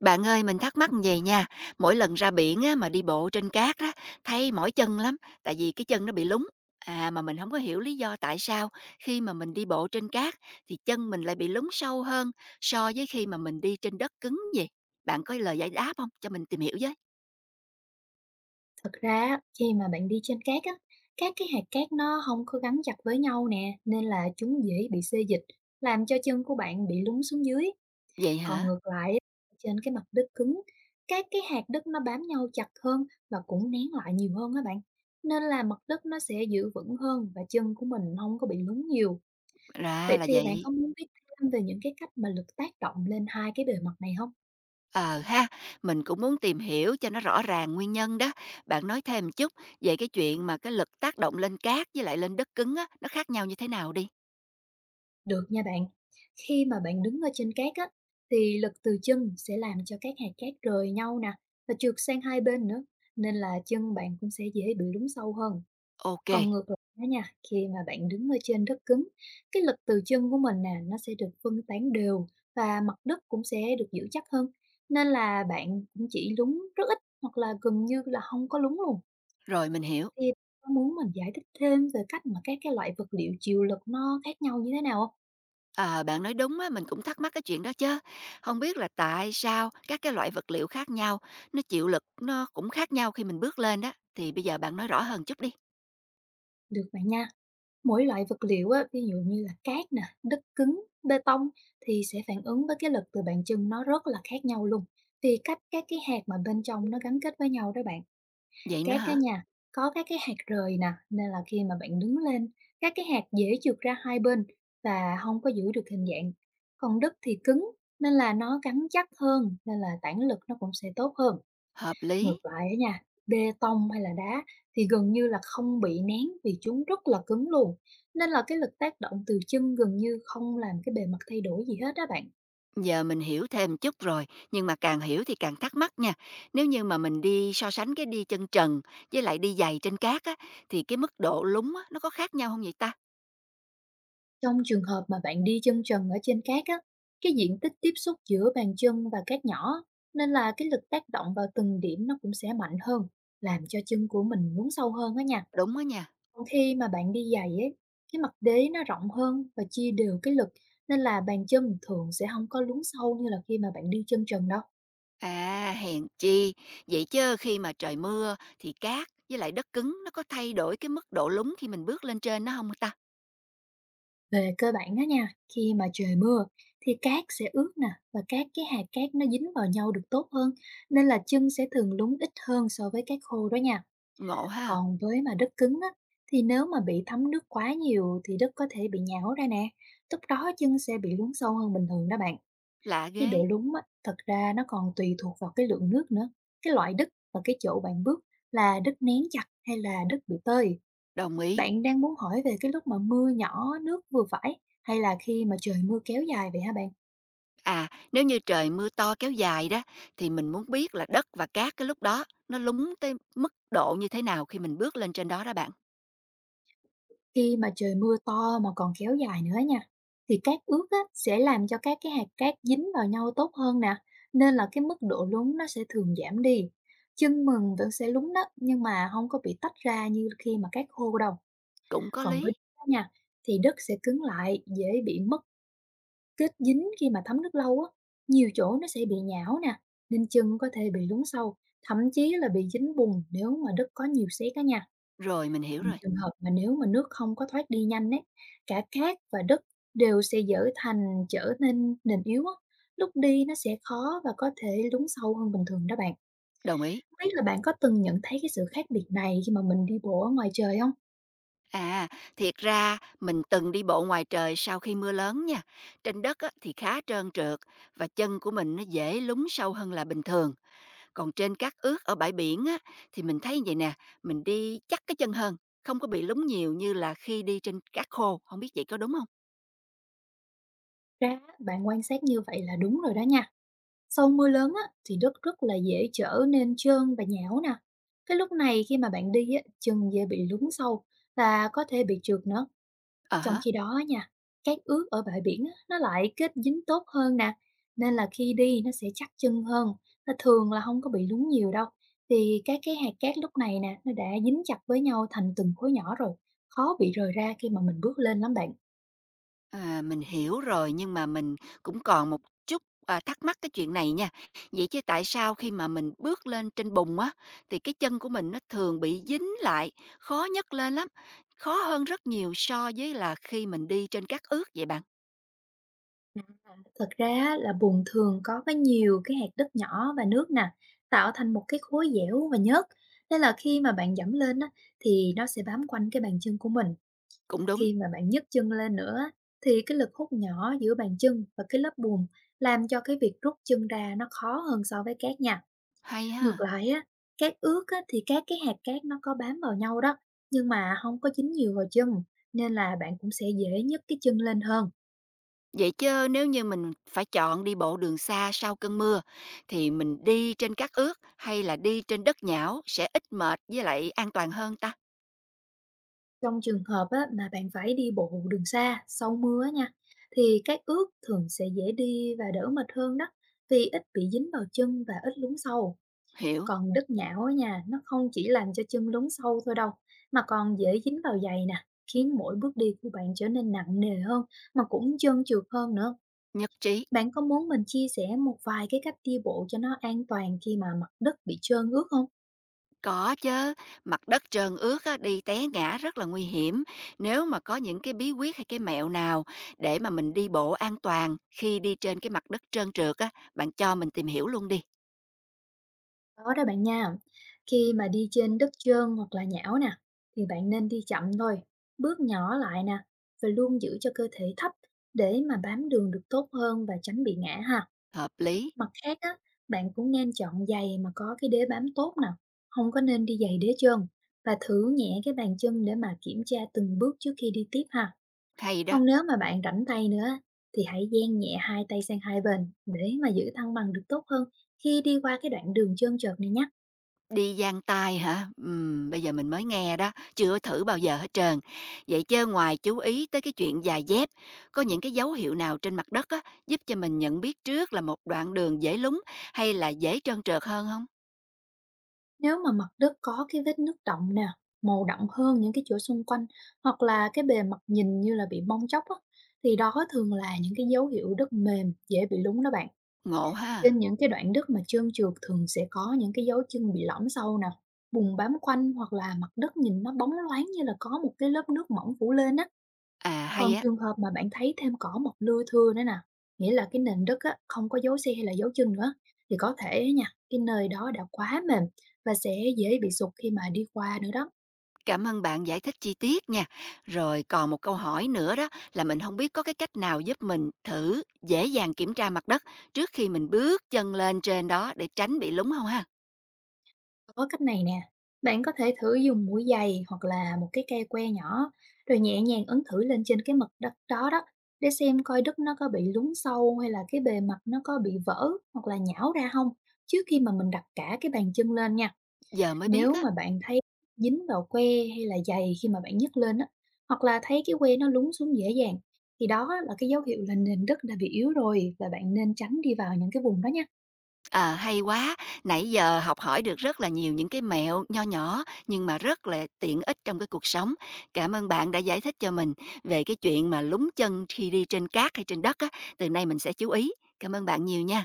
Bạn ơi, mình thắc mắc về nha, mỗi lần ra biển á, mà đi bộ trên cát á, thấy mỏi chân lắm, tại vì cái chân nó bị lún. À mà mình không có hiểu lý do tại sao khi mà mình đi bộ trên cát thì chân mình lại bị lún sâu hơn so với khi mà mình đi trên đất cứng vậy. Bạn có lời giải đáp không cho mình tìm hiểu với? Thật ra á, khi mà bạn đi trên cát á, các cái hạt cát nó không có gắn chặt với nhau nè, nên là chúng dễ bị xê dịch, làm cho chân của bạn bị lún xuống dưới. Vậy Còn hả? ngược lại á, trên cái mặt đất cứng, các cái hạt đất nó bám nhau chặt hơn và cũng nén lại nhiều hơn á bạn, nên là mặt đất nó sẽ giữ vững hơn và chân của mình không có bị lún nhiều. Ra Vậy là thì bạn vậy. có muốn biết thêm về những cái cách mà lực tác động lên hai cái bề mặt này không? Ờ ha, mình cũng muốn tìm hiểu cho nó rõ ràng nguyên nhân đó. Bạn nói thêm chút về cái chuyện mà cái lực tác động lên cát với lại lên đất cứng á, nó khác nhau như thế nào đi. Được nha bạn. Khi mà bạn đứng ở trên cát á, thì lực từ chân sẽ làm cho các hạt cát rời nhau nè và trượt sang hai bên nữa, nên là chân bạn cũng sẽ dễ bị lún sâu hơn. Ok. Còn ngược lại đó nha, khi mà bạn đứng ở trên đất cứng, cái lực từ chân của mình nè nó sẽ được phân tán đều và mặt đất cũng sẽ được giữ chắc hơn. Nên là bạn cũng chỉ lún rất ít hoặc là gần như là không có lún luôn. Rồi, mình hiểu. Thì bạn có muốn mình giải thích thêm về cách mà các cái loại vật liệu chịu lực nó khác nhau như thế nào không? À, bạn nói đúng á, mình cũng thắc mắc cái chuyện đó chứ, không biết là tại sao các cái loại vật liệu khác nhau, nó chịu lực nó cũng khác nhau khi mình bước lên đó, thì bây giờ bạn nói rõ hơn chút đi. Được bạn nha. Mỗi loại vật liệu á, ví dụ như là cát nè, đất cứng, bê tông thì sẽ phản ứng với cái lực từ bàn chân nó rất là khác nhau luôn. Vì cách các cái hạt mà bên trong nó gắn kết với nhau đó bạn. Vậy nữa Cát á hả? nha, có các cái hạt rời nè, nên là khi mà bạn đứng lên, các cái hạt dễ trượt ra hai bên và không có giữ được hình dạng. Còn đất thì cứng nên là nó gắn chắc hơn, nên là tản lực nó cũng sẽ tốt hơn. Hợp lý. Ngược lại á nha, bê tông hay là đá thì gần như là không bị nén vì chúng rất là cứng luôn. Nên là cái lực tác động từ chân gần như không làm cái bề mặt thay đổi gì hết á bạn. Giờ mình hiểu thêm chút rồi, nhưng mà càng hiểu thì càng thắc mắc nha. Nếu như mà mình đi so sánh cái đi chân trần với lại đi giày trên cát á, thì cái mức độ lún á, nó có khác nhau không vậy ta? Trong trường hợp mà bạn đi chân trần ở trên cát á, cái diện tích tiếp xúc giữa bàn chân và cát nhỏ nên là cái lực tác động vào từng điểm nó cũng sẽ mạnh hơn, làm cho chân của mình lún sâu hơn á nha. Đúng á nha. Còn khi mà bạn đi giày ấy, cái mặt đế nó rộng hơn và chia đều cái lực nên là bàn chân thường sẽ không có lún sâu như là khi mà bạn đi chân trần đâu. À, hèn chi. Vậy chứ khi mà trời mưa thì cát với lại đất cứng nó có thay đổi cái mức độ lún khi mình bước lên trên nó không ta? Về cơ bản á nha, khi mà trời mưa thì cát sẽ ướt nè và các cái hạt cát nó dính vào nhau được tốt hơn, nên là chân sẽ thường lún ít hơn so với cát khô đó nha. Ngộ ha, Còn với mà đất cứng á, thì nếu mà bị thấm nước quá nhiều thì đất có thể bị nhão ra nè, lúc đó chân sẽ bị lún sâu hơn bình thường đó bạn. lạ Cái độ ghê. lúng á, thật ra nó còn tùy thuộc vào cái lượng nước nữa, cái loại đất và cái chỗ bạn bước là đất nén chặt hay là đất bị tơi. Đồng ý. Bạn đang muốn hỏi về cái lúc mà mưa nhỏ nước vừa phải hay là khi mà trời mưa kéo dài vậy hả bạn? À, nếu như trời mưa to kéo dài đó, thì mình muốn biết là đất và cát cái lúc đó nó lún tới mức độ như thế nào khi mình bước lên trên đó đó bạn? Khi mà trời mưa to mà còn kéo dài nữa nha. Thì cát ướt á, sẽ làm cho các cái hạt cát dính vào nhau tốt hơn nè, nên là cái mức độ lún nó sẽ thường giảm đi. Chân mừng vẫn sẽ lún đó, nhưng mà không có bị tách ra như khi mà cát khô đâu. Cũng có Còn với lý. đất á nha, thì đất sẽ cứng lại, dễ bị mất kết dính khi mà thấm nước lâu á. Nhiều chỗ nó sẽ bị nhão nè, nên chân có thể bị lún sâu, thậm chí là bị dính bùn nếu mà đất có nhiều sét á nha. Rồi, mình hiểu Còn rồi. trường hợp mà nếu mà nước không có thoát đi nhanh ấy, cả cát và đất đều sẽ dở thành trở nên nền yếu á. Lúc đi nó sẽ khó và có thể lún sâu hơn bình thường đó bạn. Đồng ý. Không biết là bạn có từng nhận thấy cái sự khác biệt này khi mà mình đi bộ ở ngoài trời không? À, thiệt ra mình từng đi bộ ngoài trời sau khi mưa lớn nha. Trên đất á, thì khá trơn trượt và chân của mình nó dễ lún sâu hơn là bình thường. Còn trên cát ướt ở bãi biển á, thì mình thấy vậy nè, mình đi chắc cái chân hơn, không có bị lún nhiều như là khi đi trên cát khô. Không biết vậy có đúng không? Ra bạn quan sát như vậy là đúng rồi đó nha. Sau mưa lớn á, thì đất rất là dễ trở nên trơn và nhão nè. Cái lúc này khi mà bạn đi á, chân dễ bị lún sâu và có thể bị trượt nữa. Ờ Trong hả? khi đó á nha, cát ướt ở bãi biển á, nó lại kết dính tốt hơn nè. Nên là khi đi nó sẽ chắc chân hơn và thường là không có bị lún nhiều đâu. Thì các cái hạt cát lúc này nè, nó đã dính chặt với nhau thành từng khối nhỏ rồi. Khó bị rời ra khi mà mình bước lên lắm bạn. À, mình hiểu rồi, nhưng mà mình cũng còn một chút thắc mắc cái chuyện này nha. Vậy chứ tại sao khi mà mình bước lên trên bùn á, thì cái chân của mình nó thường bị dính lại, khó nhấc lên lắm, khó hơn rất nhiều so với là khi mình đi trên cát ướt vậy bạn? Thật ra á, là bùn thường có với nhiều cái hạt đất nhỏ và nước nè, tạo thành một cái khối dẻo và nhớt. Nên là khi mà bạn dẫm lên á, thì nó sẽ bám quanh cái bàn chân của mình. Cũng đúng, Khi mà bạn nhấc chân lên nữa á, thì cái lực hút nhỏ giữa bàn chân và cái lớp bùn làm cho cái việc rút chân ra nó khó hơn so với cát nha. hay Ngược ha. lại á, cát ướt á, thì các cái hạt cát nó có bám vào nhau đó, nhưng mà không có dính nhiều vào chân, nên là bạn cũng sẽ dễ nhấc cái chân lên hơn. Vậy chứ nếu như mình phải chọn đi bộ đường xa sau cơn mưa, thì mình đi trên cát ướt hay là đi trên đất nhão sẽ ít mệt với lại an toàn hơn ta? Trong trường hợp á, mà bạn phải đi bộ đường xa sau mưa á nha, thì các ướt thường sẽ dễ đi và đỡ mệt hơn đó, vì ít bị dính vào chân và ít lún sâu. Hiểu, Còn đất nhão á nha, nó không chỉ làm cho chân lún sâu thôi đâu, mà còn dễ dính vào giày nè, khiến mỗi bước đi của bạn trở nên nặng nề hơn, mà cũng trơn trượt hơn nữa. nhất trí. Bạn có muốn mình chia sẻ một vài cái cách đi bộ cho nó an toàn khi mà mặt đất bị trơn ướt không? Có chứ, mặt đất trơn ướt á, đi té ngã rất là nguy hiểm. Nếu mà có những cái bí quyết hay cái mẹo nào để mà mình đi bộ an toàn khi đi trên cái mặt đất trơn trượt á, bạn cho mình tìm hiểu luôn đi. Có đó bạn nha. Khi mà đi trên đất trơn hoặc là nhão nè, thì bạn nên đi chậm thôi, bước nhỏ lại nè, và luôn giữ cho cơ thể thấp để mà bám đường được tốt hơn và tránh bị ngã ha. Hợp lý, Mặt khác á, bạn cũng nên chọn giày mà có cái đế bám tốt nè, không có nên đi giày đế trơn và thử nhẹ cái bàn chân để mà kiểm tra từng bước trước khi đi tiếp ha. hay đó. Còn nếu mà bạn rảnh tay nữa á, thì hãy dang nhẹ hai tay sang hai bên để mà giữ thăng bằng được tốt hơn khi đi qua cái đoạn đường trơn trượt này nhé. Đi giang tay hả? Bây giờ mình mới nghe đó, chưa thử bao giờ hết trơn. Vậy chứ ngoài chú ý tới cái chuyện giày dép, có những cái dấu hiệu nào trên mặt đất á, giúp cho mình nhận biết trước là một đoạn đường dễ lún hay là dễ trơn trượt hơn không? Nếu mà mặt đất có cái vết nứt đậm nè, màu đậm hơn những cái chỗ xung quanh hoặc là cái bề mặt nhìn như là bị bong tróc á, thì đó thường là những cái dấu hiệu đất mềm dễ bị lún đó bạn. Ngộ Trên ha. những cái đoạn đất mà trơn trượt thường sẽ có những cái dấu chân bị lõm sâu nè, bùn bám quanh hoặc là mặt đất nhìn nó bóng loáng như là có một cái lớp nước mỏng phủ lên á. À Còn hay á, trường hợp mà bạn thấy thêm cỏ mọc lưa thưa nữa nè, nghĩa là cái nền đất á, không có dấu xe hay là dấu chân nữa, thì có thể á nha, cái nơi đó đã quá mềm và sẽ dễ bị sụt khi mà đi qua nữa đó. cảm ơn bạn giải thích chi tiết nha. Rồi còn một câu hỏi nữa đó là mình không biết có cái cách nào giúp mình thử dễ dàng kiểm tra mặt đất trước khi mình bước chân lên trên đó để tránh bị lún không ha? Có cách này nè, bạn có thể thử dùng mũi giày hoặc là một cái cây que nhỏ, rồi nhẹ nhàng ấn thử lên trên cái mặt đất đó đó, để xem coi đất nó có bị lún sâu hay là cái bề mặt nó có bị vỡ hoặc là nhão ra không, trước khi mà mình đặt cả cái bàn chân lên nha. Giờ mới biết Nếu á. mà bạn thấy dính vào que hay là giày khi mà bạn nhấc lên á, hoặc là thấy cái que nó lún xuống dễ dàng, thì đó là cái dấu hiệu là nền đất đã bị yếu rồi và bạn nên tránh đi vào những cái vùng đó nha. Ờ, hay quá, nãy giờ học hỏi được rất là nhiều những cái mẹo nho nhỏ nhưng mà rất là tiện ích trong cái cuộc sống. Cảm ơn bạn đã giải thích cho mình về cái chuyện mà lún chân khi đi trên cát hay trên đất á, từ nay mình sẽ chú ý. Cảm ơn bạn nhiều nha.